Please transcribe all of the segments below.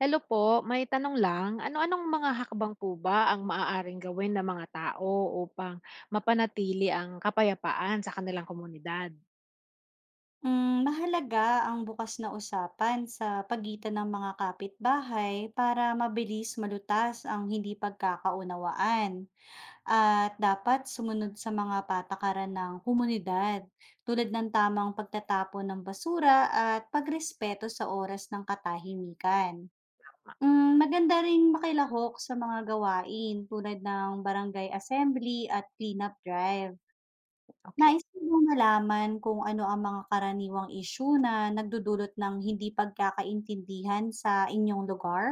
Hello po, may tanong lang. Ano-anong mga hakbang po ba ang maaaring gawin ng mga tao upang mapanatili ang kapayapaan sa kanilang komunidad? Mahalaga ang bukas na usapan sa pagitan ng mga kapitbahay para mabilis malutas ang hindi pagkakaunawaan, at dapat sumunod sa mga patakaran ng komunidad tulad ng tamang pagtatapon ng basura at pagrespeto sa oras ng katahimikan. Maganda rin makilahok sa mga gawain tulad ng barangay assembly at cleanup drive. Nais Okay. mo bang malaman kung ano ang mga karaniwang isyu na nagdudulot ng hindi pagkakaintindihan sa inyong lugar?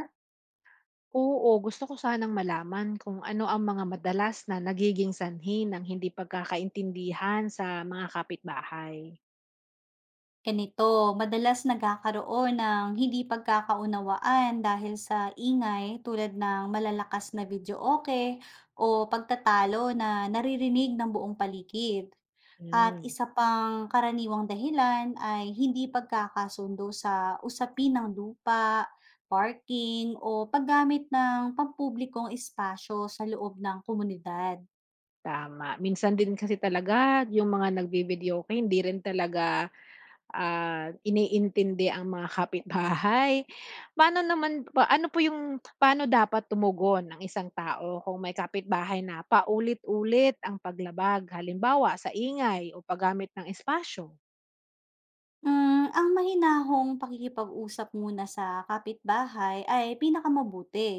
Oo, gusto ko sanang malaman kung ano ang mga madalas na nagiging sanhi ng hindi pagkakaintindihan sa mga kapitbahay. Ganito, madalas nagkakaroon ng hindi pagkakaunawaan dahil sa ingay, tulad ng malalakas na video, okay? O pagtatalo na naririnig ng buong paligid. At Mm. isa pang karaniwang dahilan ay hindi pagkakasundo sa usapin ng lupa, parking, o paggamit ng pampublikong espasyo sa loob ng komunidad. Tama, minsan din kasi talaga yung mga nagvi-videoke hindi rin talaga, iniintindi ang mga kapitbahay. Paano naman ba ano po yung paano dapat tumugon ng isang tao kung may kapitbahay na paulit-ulit ang paglabag halimbawa sa ingay o paggamit ng espasyo? Ang mahinahong pakikipag-usap muna sa kapitbahay ay pinakamabuti,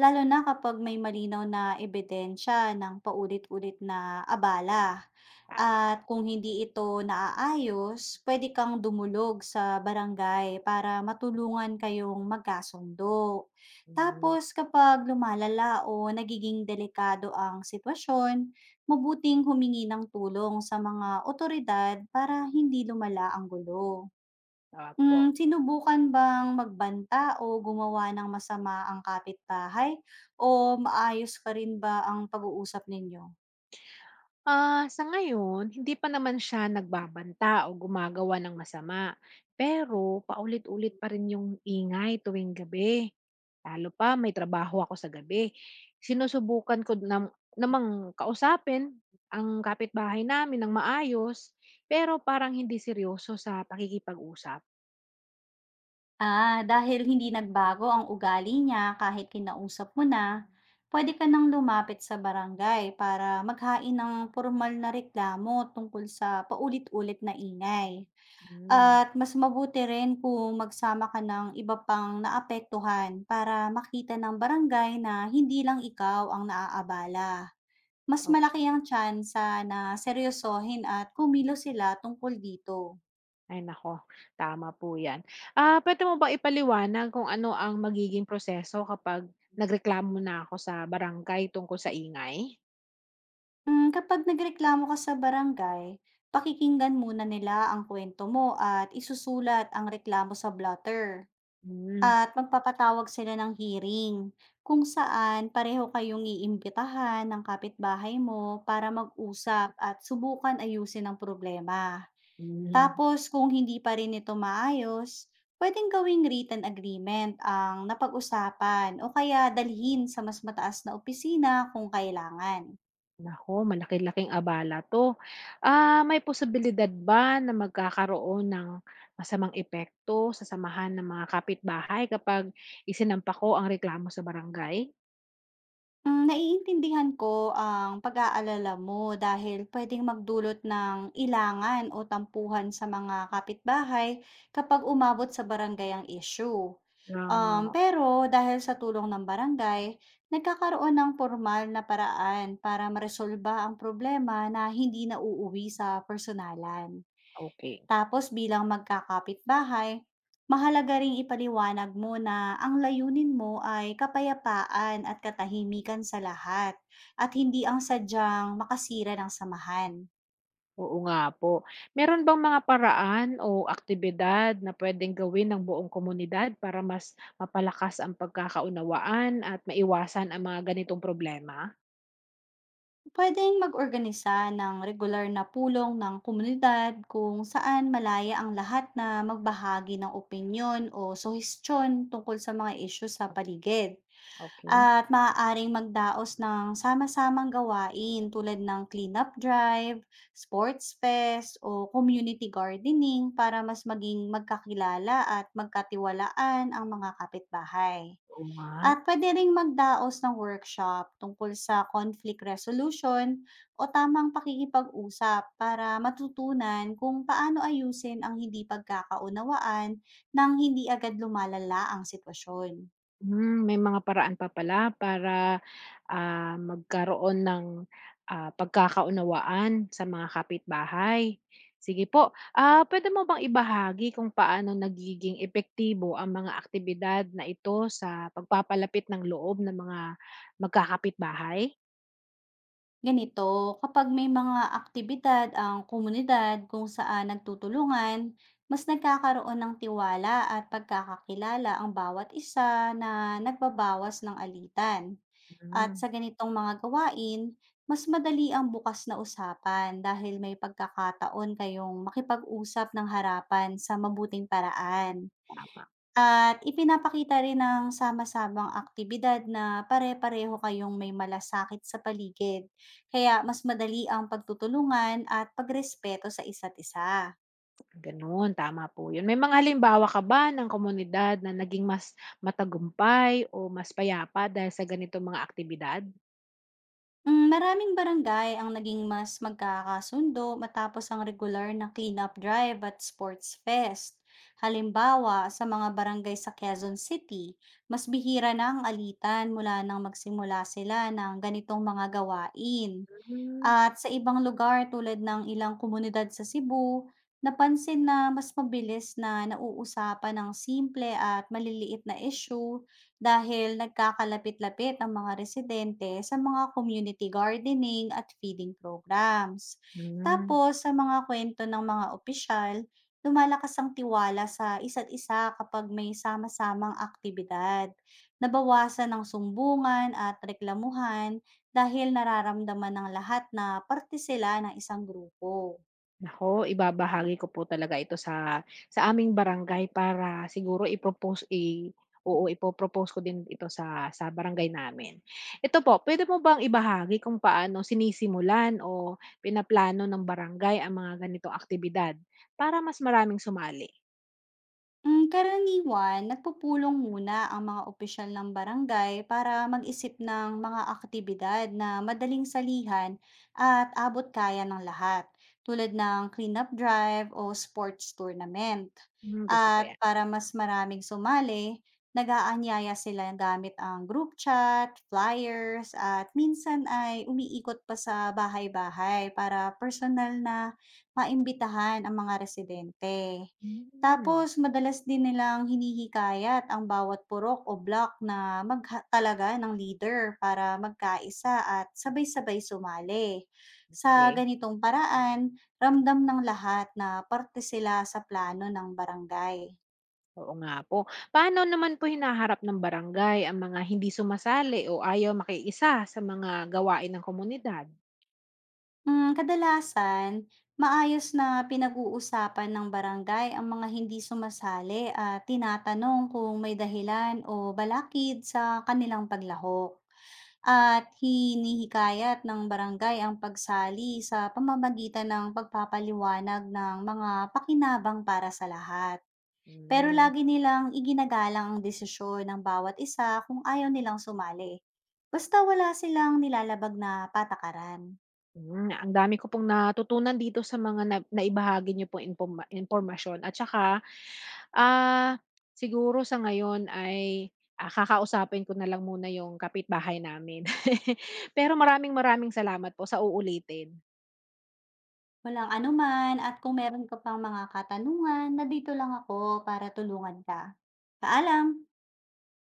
lalo na kapag may malinaw na ebidensya ng paulit-ulit na abala. Tama, At kung hindi ito naaayos, puwede kang dumulog sa barangay para matulungan kayong magkasundo. hmm, Tapos kapag lumalala o nagiging delikado ang sitwasyon, mabuting humingi ng tulong sa mga otoridad para hindi lumala ang gulo. po. Sinubukan bang magbanta o gumawa ng masama ang kapitbahay, o maayos pa rin ba ang pag-uusap ninyo? Ah, sa ngayon, hindi pa naman siya nagbabanta o gumagawa ng masama. Pero paulit-ulit pa rin yung ingay tuwing gabi. Lalo pa may trabaho ako sa gabi. Sinusubukan ko namang kausapin ang kapitbahay namin ng maayos, pero parang hindi seryoso sa pakikipag-usap. Ah, dahil hindi nagbago ang ugali niya kahit kinausap mo na, pwede ka nang lumapit sa barangay para maghain ng formal na reklamo tungkol sa paulit-ulit na ingay. Hmm, At mas mabuti rin kung magsama ka ng iba pang naapektuhan para makita ng barangay na hindi lang ikaw ang naaabala. Mas malaki okey. ang tsansa na seryosohin at kumilo sila tungkol dito. Ay naku, tama po 'yan. Puwede mo bang ipaliwanag kung ano ang magiging proseso kapag nagreklamo na ako sa barangay tungkol sa ingay? Kapag nagreklamo ka sa barangay, pakikinggan muna nila ang kwento mo at isusulat ang reklamo sa blotter. Hmm, At magpapatawag sila ng hearing kung saan pareho kayong iimbitahan ng kapitbahay mo para mag-usap at subukan ayusin ang problema. hmm. Tapos kung hindi pa rin ito maayos, pwedeng gawing written agreement ang napag-usapan o kaya dalhin sa mas mataas na opisina kung kailangan. Naku, malaki-laking abala 'to. May posibilidad ba na magkakaroon ng masamang epekto sa samahan ng mga kapitbahay kapag isinampa ko ang reklamo sa barangay? Naiintindihan ko ang pag-aalala mo dahil pwedeng magdulot ng ilangan o tampuhan sa mga kapitbahay kapag umabot sa barangay ang issue. Nga nga, Pero dahil sa tulong ng barangay, nagkakaroon ng formal na paraan para maresolba ang problema na hindi nauuwi sa personalan. okey. Tapos bilang magkakapitbahay, mahalaga ring ipaliwanag mo na ang layunin mo ay kapayapaan at katahimikan sa lahat, at hindi ang sadyang makasira ng samahan. Oo nga po. Meron bang mga paraan o aktibidad na pwedeng gawin ng buong komunidad para mas mapalakas ang pagkakaunawaan at maiwasan ang mga ganitong problema? Pwedeng mag-organisa ng regular na pulong ng komunidad kung saan malaya ang lahat na magbahagi ng opinyon o suhestyon tungkol sa mga isyu sa paligid. Okay. At maaaring magdaos ng sama-samang gawain tulad ng cleanup drive, sports fest, o community gardening para mas maging magkakilala at magkatiwalaan ang mga kapitbahay. Oo nga. At pwede ring magdaos ng workshop tungkol sa conflict resolution o tamang pakikipag-usap para matutunan kung paano ayusin ang hindi pagkakaunawaan nang hindi agad lumalala ang sitwasyon. Hmm, may mga paraan pa pala para, magkaroon ng, pagkakaunawaan sa mga kapitbahay. Sige po, puwede mo bang ibahagi kung paano nagiging epektibo ang mga aktibidad na ito sa pagpapalapit ng loob ng mga magkakapitbahay? Ganito, kapag may mga aktibidad ang komunidad kung saan nagtutulungan, mas nagkakaroon ng tiwala at pagkakakilala ang bawat isa na nagbabawas ng alitan. At sa Hmm, ganitong mga gawain, mas madali ang bukas na usapan dahil may pagkakataon kayong makipag-usap ng harapan sa mabuting paraan. tama, At ipinapakita rin ng sama-samang aktibidad na pare-pareho kayong may malasakit sa paligid. Kaya mas madali ang pagtutulungan at pagrespeto sa isa't isa. gano'n, tama po 'yun. May mga halimbawa ka ba ng komunidad na naging mas matagumpay o mas payapa dahil sa ganito mga aktibidad? Maraming barangay ang naging mas magkakasundo matapos ang regular na cleanup drive at sports fest. Halimbawa, sa mga barangay sa Quezon City, mas bihira na ang alitan mula nang magsimula sila ng ganitong mga gawain. Hmm, At sa ibang lugar tulad ng ilang komunidad sa Cebu, napansin na mas mabilis na nauusapan ng simple at maliliit na issue dahil nagkakalapit-lapit ang mga residente sa mga community gardening at feeding programs. hmm. Tapos sa mga kwento ng mga opisyal, lumalakas ang tiwala sa isa't isa kapag may sama-samang aktibidad. Nabawasan ang sumbungan at reklamuhan dahil nararamdaman ng lahat na parte sila ng isang grupo. Naku, ibabahagi ko po talaga ito sa aming barangay para siguro i-propose, oo, ipo-propose ko din ito sa barangay namin. Ito po, pwede mo bang ibahagi kung paano sinisimulan o pinaplano ng barangay ang mga ganitong aktibidad para mas maraming sumali? Karaniwan nagpupulong muna ang mga opisyal ng barangay para mag-isip ng mga aktibidad na madaling salihan at abot kaya ng lahat, tulad ng cleanup drive o sports tournament. Hmm, gusto ko At 'yan. para mas maraming sumali, nag-aanyaya sila gamit ang group chat, flyers, at minsan ay umiikot pa sa bahay-bahay para personal na maimbitahan ang mga residente. Hmm, Tapos madalas din nilang hinihikayat ang bawat purok o block na magtalaga ng leader para magkaisa at sabay-sabay sumali. Sa okey. ganitong paraan, ramdam ng lahat na parte sila sa plano ng barangay. Oo nga po. Paano naman po hinaharap ng barangay ang mga hindi sumasali o ayaw makiisa sa mga gawain ng komunidad? Kadalasan, maayos na pinag-uusapan ng barangay ang mga hindi sumasali at tinatanong kung may dahilan o balakid sa kanilang paglahok. At hinihikayat ng barangay ang pagsali sa pamamagitan ng pagpapaliwanag ng mga pakinabang para sa lahat. Pero Hmm. lagi nilang iginagalang ang desisyon ng bawat isa kung ayaw nilang sumali. Basta wala silang nilalabag na patakaran. Hmm, ang dami ko pong natutunan dito sa mga na naibahagi niyo pong impormasyon at saka, ah, siguro sa ngayon ay, kakausapin ko na lang muna yung kapitbahay namin. Pero maraming maraming salamat po sa uulitin. Walang anuman, at kung meron ka pang mga katanungan, na dito lang ako para tulungan ka. Paalam!